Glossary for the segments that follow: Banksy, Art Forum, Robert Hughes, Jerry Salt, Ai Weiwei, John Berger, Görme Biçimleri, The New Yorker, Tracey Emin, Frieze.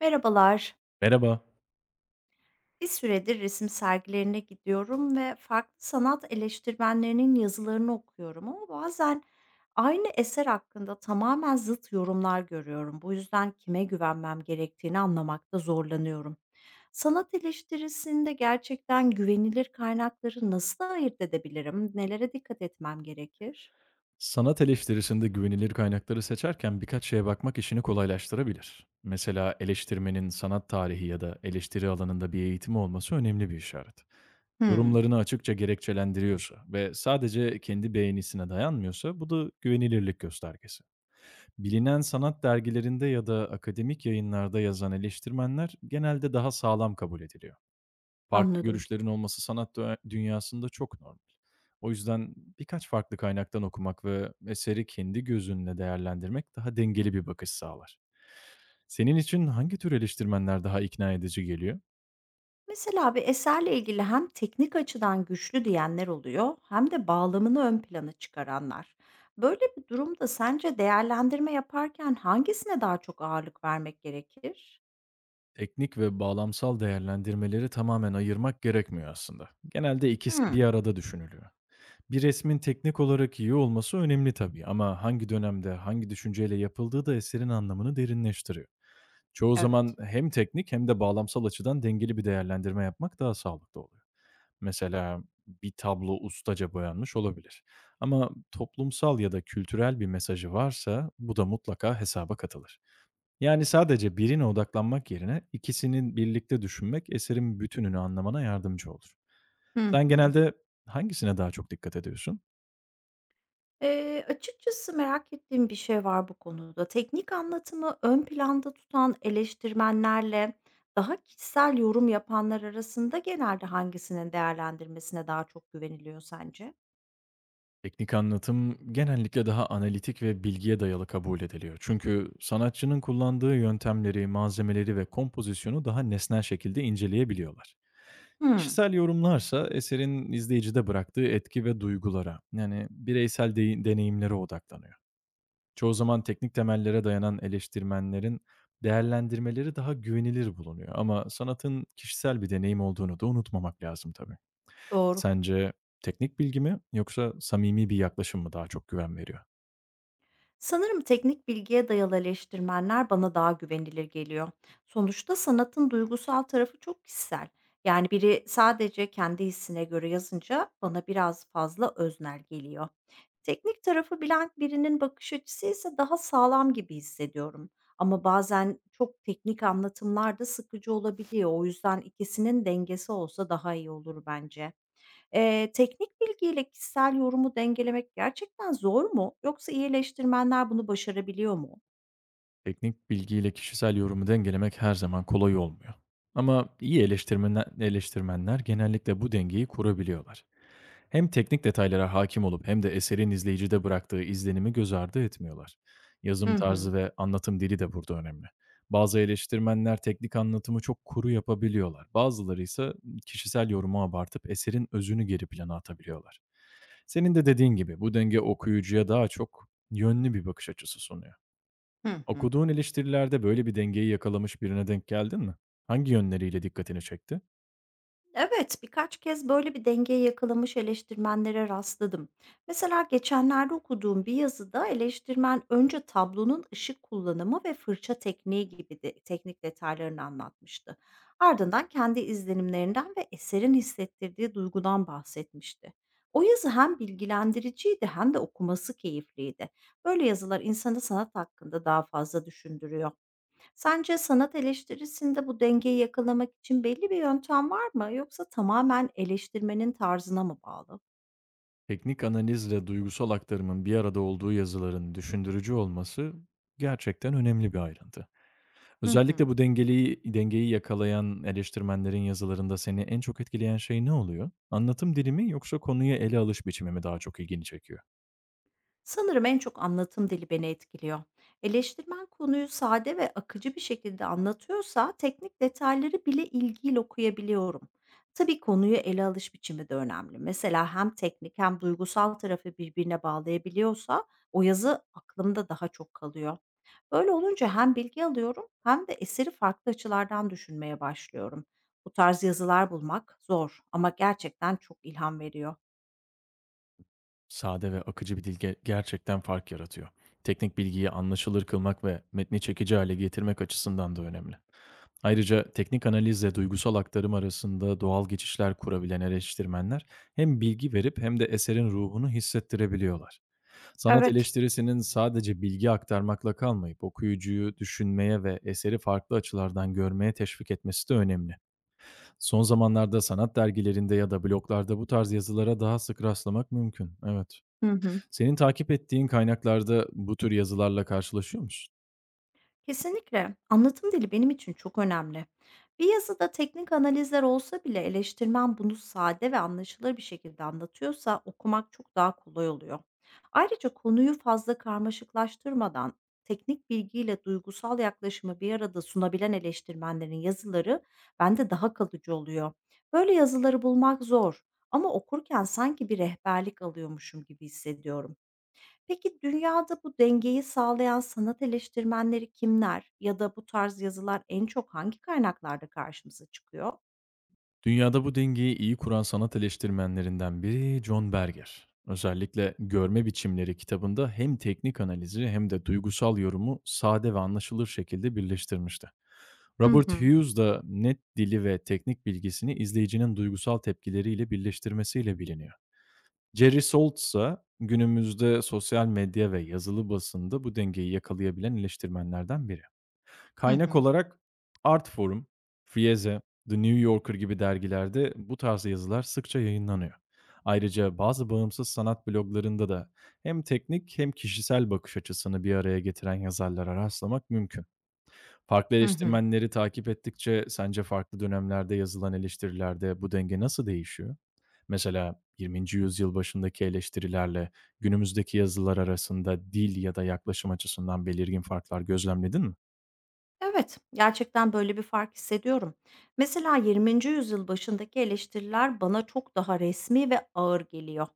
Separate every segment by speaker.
Speaker 1: Merhabalar.
Speaker 2: Merhaba.
Speaker 1: Bir süredir resim sergilerine gidiyorum ve farklı sanat eleştirmenlerinin yazılarını okuyorum ama bazen aynı eser hakkında tamamen zıt yorumlar görüyorum. Bu yüzden kime güvenmem gerektiğini anlamakta zorlanıyorum. Sanat eleştirisinde gerçekten güvenilir kaynakları nasıl ayırt edebilirim? Nelere dikkat etmem gerekir?
Speaker 2: Sanat eleştirisinde güvenilir kaynakları seçerken birkaç şeye bakmak işini kolaylaştırabilir. Mesela eleştirmenin sanat tarihi ya da eleştiri alanında bir eğitimi olması önemli bir işaret.
Speaker 1: Hmm,
Speaker 2: Yorumlarını açıkça gerekçelendiriyorsa ve sadece kendi beğenisine dayanmıyorsa bu da güvenilirlik göstergesi. Bilinen sanat dergilerinde ya da akademik yayınlarda yazan eleştirmenler genelde daha sağlam kabul ediliyor. Farklı
Speaker 1: anladım.
Speaker 2: görüşlerin olması sanat dünyasında çok normal. O yüzden birkaç farklı kaynaktan okumak ve eseri kendi gözünle değerlendirmek daha dengeli bir bakış sağlar. Senin için hangi tür eleştirmenler daha ikna edici geliyor?
Speaker 1: Mesela bir eserle ilgili hem teknik açıdan güçlü diyenler oluyor hem de bağlamını ön plana çıkaranlar. Böyle bir durumda sence değerlendirme yaparken hangisine daha çok ağırlık vermek gerekir?
Speaker 2: Teknik ve bağlamsal değerlendirmeleri tamamen ayırmak gerekmiyor aslında. Genelde ikisi
Speaker 1: Hmm,
Speaker 2: bir arada düşünülüyor. Bir resmin teknik olarak iyi olması önemli tabii, ama hangi dönemde, hangi düşünceyle yapıldığı da eserin anlamını derinleştiriyor. Çoğu
Speaker 1: evet.
Speaker 2: zaman hem teknik hem de bağlamsal açıdan dengeli bir değerlendirme yapmak daha sağlıklı oluyor. Mesela bir tablo ustaca boyanmış olabilir. Ama toplumsal ya da kültürel bir mesajı varsa bu da mutlaka hesaba katılır. Yani sadece birine odaklanmak yerine ikisinin birlikte düşünmek eserin bütününü anlamana yardımcı olur.
Speaker 1: Hı
Speaker 2: Sen
Speaker 1: hı.
Speaker 2: genelde hangisine daha çok dikkat ediyorsun?
Speaker 1: Açıkçası merak ettiğim bir şey var bu konuda. Teknik anlatımı ön planda tutan eleştirmenlerle daha kişisel yorum yapanlar arasında genelde hangisinin değerlendirmesine daha çok güveniliyor sence?
Speaker 2: Teknik anlatım genellikle daha analitik ve bilgiye dayalı kabul ediliyor. Çünkü sanatçının kullandığı yöntemleri, malzemeleri ve kompozisyonu daha nesnel şekilde inceleyebiliyorlar.
Speaker 1: Hmm,
Speaker 2: Kişisel yorumlarsa eserin izleyicide bıraktığı etki ve duygulara, yani bireysel deneyimlere odaklanıyor. Çoğu zaman teknik temellere dayanan eleştirmenlerin değerlendirmeleri daha güvenilir bulunuyor, ama sanatın kişisel bir deneyim olduğunu da unutmamak lazım tabii.
Speaker 1: doğru.
Speaker 2: Sence teknik bilgi mi yoksa samimi bir yaklaşım mı daha çok güven veriyor?
Speaker 1: Sanırım teknik bilgiye dayalı eleştirmenler bana daha güvenilir geliyor. Sonuçta sanatın duygusal tarafı çok kişisel. Yani biri sadece kendi hissine göre yazınca bana biraz fazla öznel geliyor. Teknik tarafı bilen birinin bakış açısı ise daha sağlam gibi hissediyorum. Ama bazen çok teknik anlatımlar da sıkıcı olabiliyor. O yüzden ikisinin dengesi olsa daha iyi olur bence. Teknik bilgiyle kişisel yorumu dengelemek gerçekten zor mu? Yoksa iyileştirmenler bunu başarabiliyor mu?
Speaker 2: Teknik bilgiyle kişisel yorumu dengelemek her zaman kolay olmuyor. Ama iyi eleştirmenler genellikle bu dengeyi kurabiliyorlar. Hem teknik detaylara hakim olup hem de eserin izleyicide bıraktığı izlenimi göz ardı etmiyorlar.
Speaker 1: Hı
Speaker 2: Yazım
Speaker 1: hı.
Speaker 2: tarzı ve anlatım dili de burada önemli. Bazı eleştirmenler teknik anlatımı çok kuru yapabiliyorlar. Bazıları ise kişisel yorumu abartıp eserin özünü geri plana atabiliyorlar. Senin de dediğin gibi bu denge okuyucuya daha çok yönlü bir bakış açısı sunuyor.
Speaker 1: Hı hı.
Speaker 2: Okuduğun eleştirilerde böyle bir dengeyi yakalamış birine denk geldin mi? Hangi yönleriyle dikkatini çekti?
Speaker 1: Evet, birkaç kez böyle bir dengeyi yakalamış eleştirmenlere rastladım. Mesela geçenlerde okuduğum bir yazıda eleştirmen önce tablonun ışık kullanımı ve fırça tekniği gibi teknik detaylarını anlatmıştı. Ardından kendi izlenimlerinden ve eserin hissettirdiği duygudan bahsetmişti. O yazı hem bilgilendiriciydi hem de okuması keyifliydi. Böyle yazılar insanı sanat hakkında daha fazla düşündürüyor. Sence sanat eleştirisinde bu dengeyi yakalamak için belli bir yöntem var mı yoksa tamamen eleştirmenin tarzına mı bağlı?
Speaker 2: Teknik analizle duygusal aktarımın bir arada olduğu yazıların düşündürücü olması gerçekten önemli bir ayrıntı.
Speaker 1: Hı
Speaker 2: Özellikle
Speaker 1: hı.
Speaker 2: bu dengeyi yakalayan eleştirmenlerin yazılarında seni en çok etkileyen şey ne oluyor? Anlatım dilimi, yoksa konuya ele alış biçimi mi daha çok ilgini çekiyor?
Speaker 1: Sanırım en çok anlatım dili beni etkiliyor. Eleştirmen konuyu sade ve akıcı bir şekilde anlatıyorsa teknik detayları bile ilgiyle okuyabiliyorum. Tabii konuyu ele alış biçimi de önemli. Mesela hem teknik hem duygusal tarafı birbirine bağlayabiliyorsa o yazı aklımda daha çok kalıyor. Böyle olunca hem bilgi alıyorum hem de eseri farklı açılardan düşünmeye başlıyorum. Bu tarz yazılar bulmak zor ama gerçekten çok ilham veriyor.
Speaker 2: Sade ve akıcı bir dil gerçekten fark yaratıyor. Teknik bilgiyi anlaşılır kılmak ve metni çekici hale getirmek açısından da önemli. Ayrıca teknik analizle duygusal aktarım arasında doğal geçişler kurabilen eleştirmenler hem bilgi verip hem de eserin ruhunu hissettirebiliyorlar. Sanat
Speaker 1: Evet.
Speaker 2: eleştirisinin sadece bilgi aktarmakla kalmayıp okuyucuyu düşünmeye ve eseri farklı açılardan görmeye teşvik etmesi de önemli. Son zamanlarda sanat dergilerinde ya da bloglarda bu tarz yazılara daha sık rastlamak mümkün. Evet.
Speaker 1: Hı hı.
Speaker 2: Senin takip ettiğin kaynaklarda bu tür yazılarla karşılaşıyor musun?
Speaker 1: Kesinlikle. Anlatım dili benim için çok önemli. Bir yazıda teknik analizler olsa bile eleştirmen bunu sade ve anlaşılır bir şekilde anlatıyorsa okumak çok daha kolay oluyor. Ayrıca konuyu fazla karmaşıklaştırmadan teknik bilgiyle duygusal yaklaşımı bir arada sunabilen eleştirmenlerin yazıları bende daha kalıcı oluyor. Böyle yazıları bulmak zor ama okurken sanki bir rehberlik alıyormuşum gibi hissediyorum. Peki dünyada bu dengeyi sağlayan sanat eleştirmenleri kimler ya da bu tarz yazılar en çok hangi kaynaklarda karşımıza çıkıyor?
Speaker 2: Dünyada bu dengeyi iyi kuran sanat eleştirmenlerinden biri John Berger. Özellikle Görme Biçimleri kitabında hem teknik analizi hem de duygusal yorumu sade ve anlaşılır şekilde birleştirmişti.
Speaker 1: Hı
Speaker 2: Robert
Speaker 1: hı.
Speaker 2: Hughes da net dili ve teknik bilgisini izleyicinin duygusal tepkileriyle birleştirmesiyle biliniyor. Jerry Salt ise günümüzde sosyal medya ve yazılı basında bu dengeyi yakalayabilen eleştirmenlerden biri.
Speaker 1: Hı
Speaker 2: Kaynak
Speaker 1: hı.
Speaker 2: olarak Art Forum, Frieze, The New Yorker gibi dergilerde bu tarz yazılar sıkça yayınlanıyor. Ayrıca bazı bağımsız sanat bloglarında da hem teknik hem kişisel bakış açısını bir araya getiren yazarlara rastlamak mümkün. Farklı
Speaker 1: Hı hı.
Speaker 2: eleştirmenleri takip ettikçe sence farklı dönemlerde yazılan eleştirilerde bu denge nasıl değişiyor? Mesela 20. yüzyıl başındaki eleştirilerle günümüzdeki yazılar arasında dil ya da yaklaşım açısından belirgin farklar gözlemledin mi?
Speaker 1: Evet, gerçekten böyle bir fark hissediyorum. Mesela 20. yüzyıl başındaki eleştiriler bana çok daha resmi ve ağır geliyor.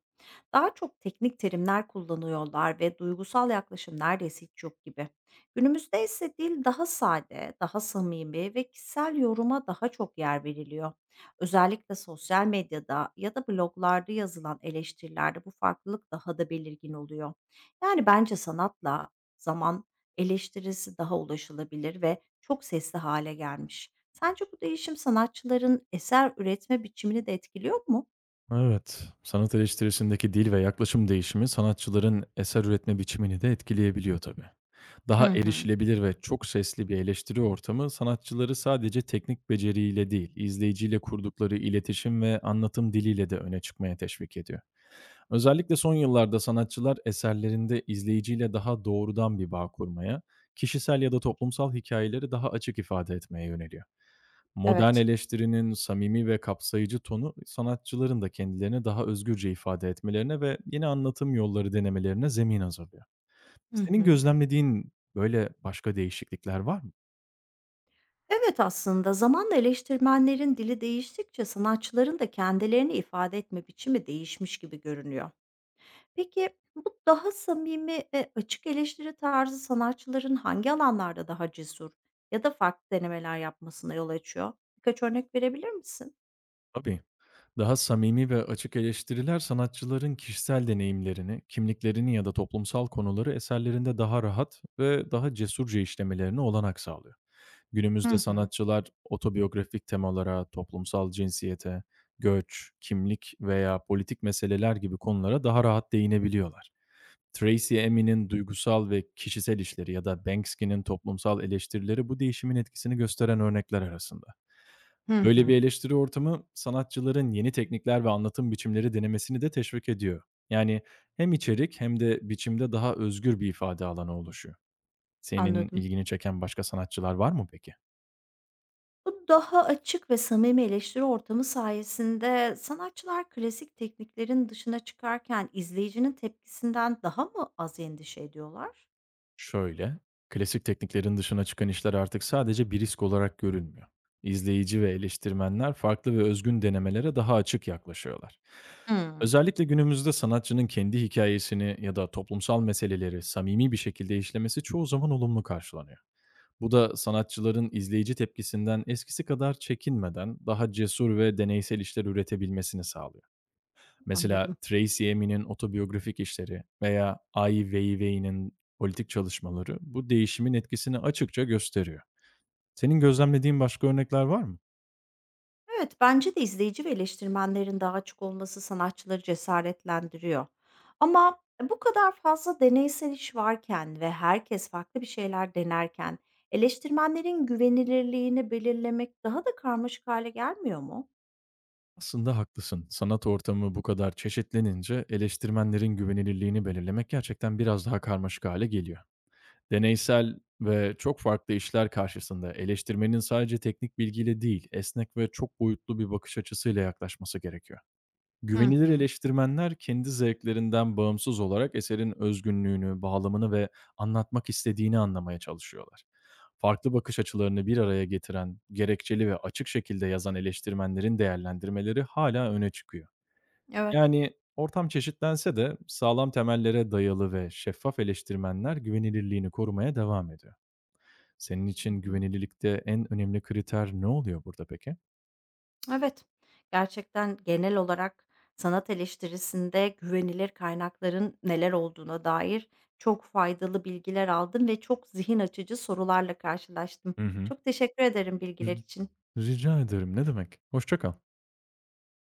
Speaker 1: Daha çok teknik terimler kullanıyorlar ve duygusal yaklaşım neredeyse hiç yok gibi. Günümüzde ise dil daha sade, daha samimi ve kişisel yoruma daha çok yer veriliyor. Özellikle sosyal medyada ya da bloglarda yazılan eleştirilerde bu farklılık daha da belirgin oluyor. Yani bence sanatla zaman eleştirisi daha ulaşılabilir ve çok sesli hale gelmiş. Sence bu değişim sanatçıların eser üretme biçimini de etkiliyor mu?
Speaker 2: Evet, sanat eleştirisindeki dil ve yaklaşım değişimi sanatçıların eser üretme biçimini de etkileyebiliyor tabii.
Speaker 1: Hı
Speaker 2: Daha
Speaker 1: hı.
Speaker 2: erişilebilir ve çok sesli bir eleştiri ortamı sanatçıları sadece teknik beceriyle değil, izleyiciyle kurdukları iletişim ve anlatım diliyle de öne çıkmaya teşvik ediyor. Özellikle son yıllarda sanatçılar eserlerinde izleyiciyle daha doğrudan bir bağ kurmaya, kişisel ya da toplumsal hikayeleri daha açık ifade etmeye yöneliyor. Modern
Speaker 1: Evet.
Speaker 2: eleştirinin samimi ve kapsayıcı tonu sanatçıların da kendilerini daha özgürce ifade etmelerine ve yeni anlatım yolları denemelerine zemin hazırlıyor.
Speaker 1: Hı
Speaker 2: Senin
Speaker 1: hı.
Speaker 2: gözlemlediğin böyle başka değişiklikler var mı?
Speaker 1: Evet, aslında zamanla eleştirmenlerin dili değiştikçe sanatçıların da kendilerini ifade etme biçimi değişmiş gibi görünüyor. Peki bu daha samimi ve açık eleştiri tarzı sanatçıların hangi alanlarda daha cesur ya da farklı denemeler yapmasına yol açıyor? Birkaç örnek verebilir misin?
Speaker 2: Tabii. Daha samimi ve açık eleştiriler sanatçıların kişisel deneyimlerini, kimliklerini ya da toplumsal konuları eserlerinde daha rahat ve daha cesurca işlemelerine olanak sağlıyor.
Speaker 1: Hı
Speaker 2: Günümüzde
Speaker 1: hı.
Speaker 2: sanatçılar otobiyografik temalara, toplumsal cinsiyete, göç, kimlik veya politik meseleler gibi konulara daha rahat değinebiliyorlar. Tracey Emin'in duygusal ve kişisel işleri ya da Banksy'nin toplumsal eleştirileri bu değişimin etkisini gösteren örnekler arasında.
Speaker 1: Hı
Speaker 2: Böyle
Speaker 1: hı.
Speaker 2: bir eleştiri ortamı sanatçıların yeni teknikler ve anlatım biçimleri denemesini de teşvik ediyor. Yani hem içerik hem de biçimde daha özgür bir ifade alanı oluşuyor. Senin
Speaker 1: Anladım.
Speaker 2: ilgini çeken başka sanatçılar var mı peki?
Speaker 1: Bu daha açık ve samimi eleştiri ortamı sayesinde sanatçılar klasik tekniklerin dışına çıkarken izleyicinin tepkisinden daha mı az endişe ediyorlar?
Speaker 2: Şöyle, klasik tekniklerin dışına çıkan işler artık sadece bir risk olarak görülmüyor. İzleyici ve eleştirmenler farklı ve özgün denemelere daha açık yaklaşıyorlar.
Speaker 1: Hmm,
Speaker 2: Özellikle günümüzde sanatçının kendi hikayesini ya da toplumsal meseleleri samimi bir şekilde işlemesi çoğu zaman olumlu karşılanıyor. Bu da sanatçıların izleyici tepkisinden eskisi kadar çekinmeden daha cesur ve deneysel işler üretebilmesini sağlıyor.
Speaker 1: anladım.
Speaker 2: Mesela Tracey Emin'in otobiyografik işleri veya Ai Weiwei'nin politik çalışmaları bu değişimin etkisini açıkça gösteriyor. Senin gözlemlediğin başka örnekler var mı?
Speaker 1: Evet, bence de izleyici ve eleştirmenlerin daha açık olması sanatçıları cesaretlendiriyor. Ama bu kadar fazla deneysel iş varken ve herkes farklı bir şeyler denerken eleştirmenlerin güvenilirliğini belirlemek daha da karmaşık hale gelmiyor mu?
Speaker 2: Aslında haklısın. Sanat ortamı bu kadar çeşitlenince eleştirmenlerin güvenilirliğini belirlemek gerçekten biraz daha karmaşık hale geliyor. Deneysel ve çok farklı işler karşısında eleştirmenin sadece teknik bilgiyle değil, esnek ve çok boyutlu bir bakış açısıyla yaklaşması gerekiyor.
Speaker 1: Hı
Speaker 2: Güvenilir
Speaker 1: hı.
Speaker 2: eleştirmenler kendi zevklerinden bağımsız olarak eserin özgünlüğünü, bağlamını ve anlatmak istediğini anlamaya çalışıyorlar. Farklı bakış açılarını bir araya getiren, gerekçeli ve açık şekilde yazan eleştirmenlerin değerlendirmeleri hala öne çıkıyor.
Speaker 1: Evet.
Speaker 2: Yani ortam çeşitlense de sağlam temellere dayalı ve şeffaf eleştirmenler güvenilirliğini korumaya devam ediyor. Senin
Speaker 1: Hı
Speaker 2: için
Speaker 1: hı.
Speaker 2: güvenilirlikte en önemli kriter ne oluyor burada peki?
Speaker 1: Evet, gerçekten genel olarak sanat eleştirisinde güvenilir kaynakların neler olduğuna dair çok faydalı bilgiler aldım ve çok zihin açıcı sorularla karşılaştım.
Speaker 2: Hı hı.
Speaker 1: Çok teşekkür ederim bilgiler
Speaker 2: Ri
Speaker 1: için.
Speaker 2: rica ederim, ne demek. Hoşça kal.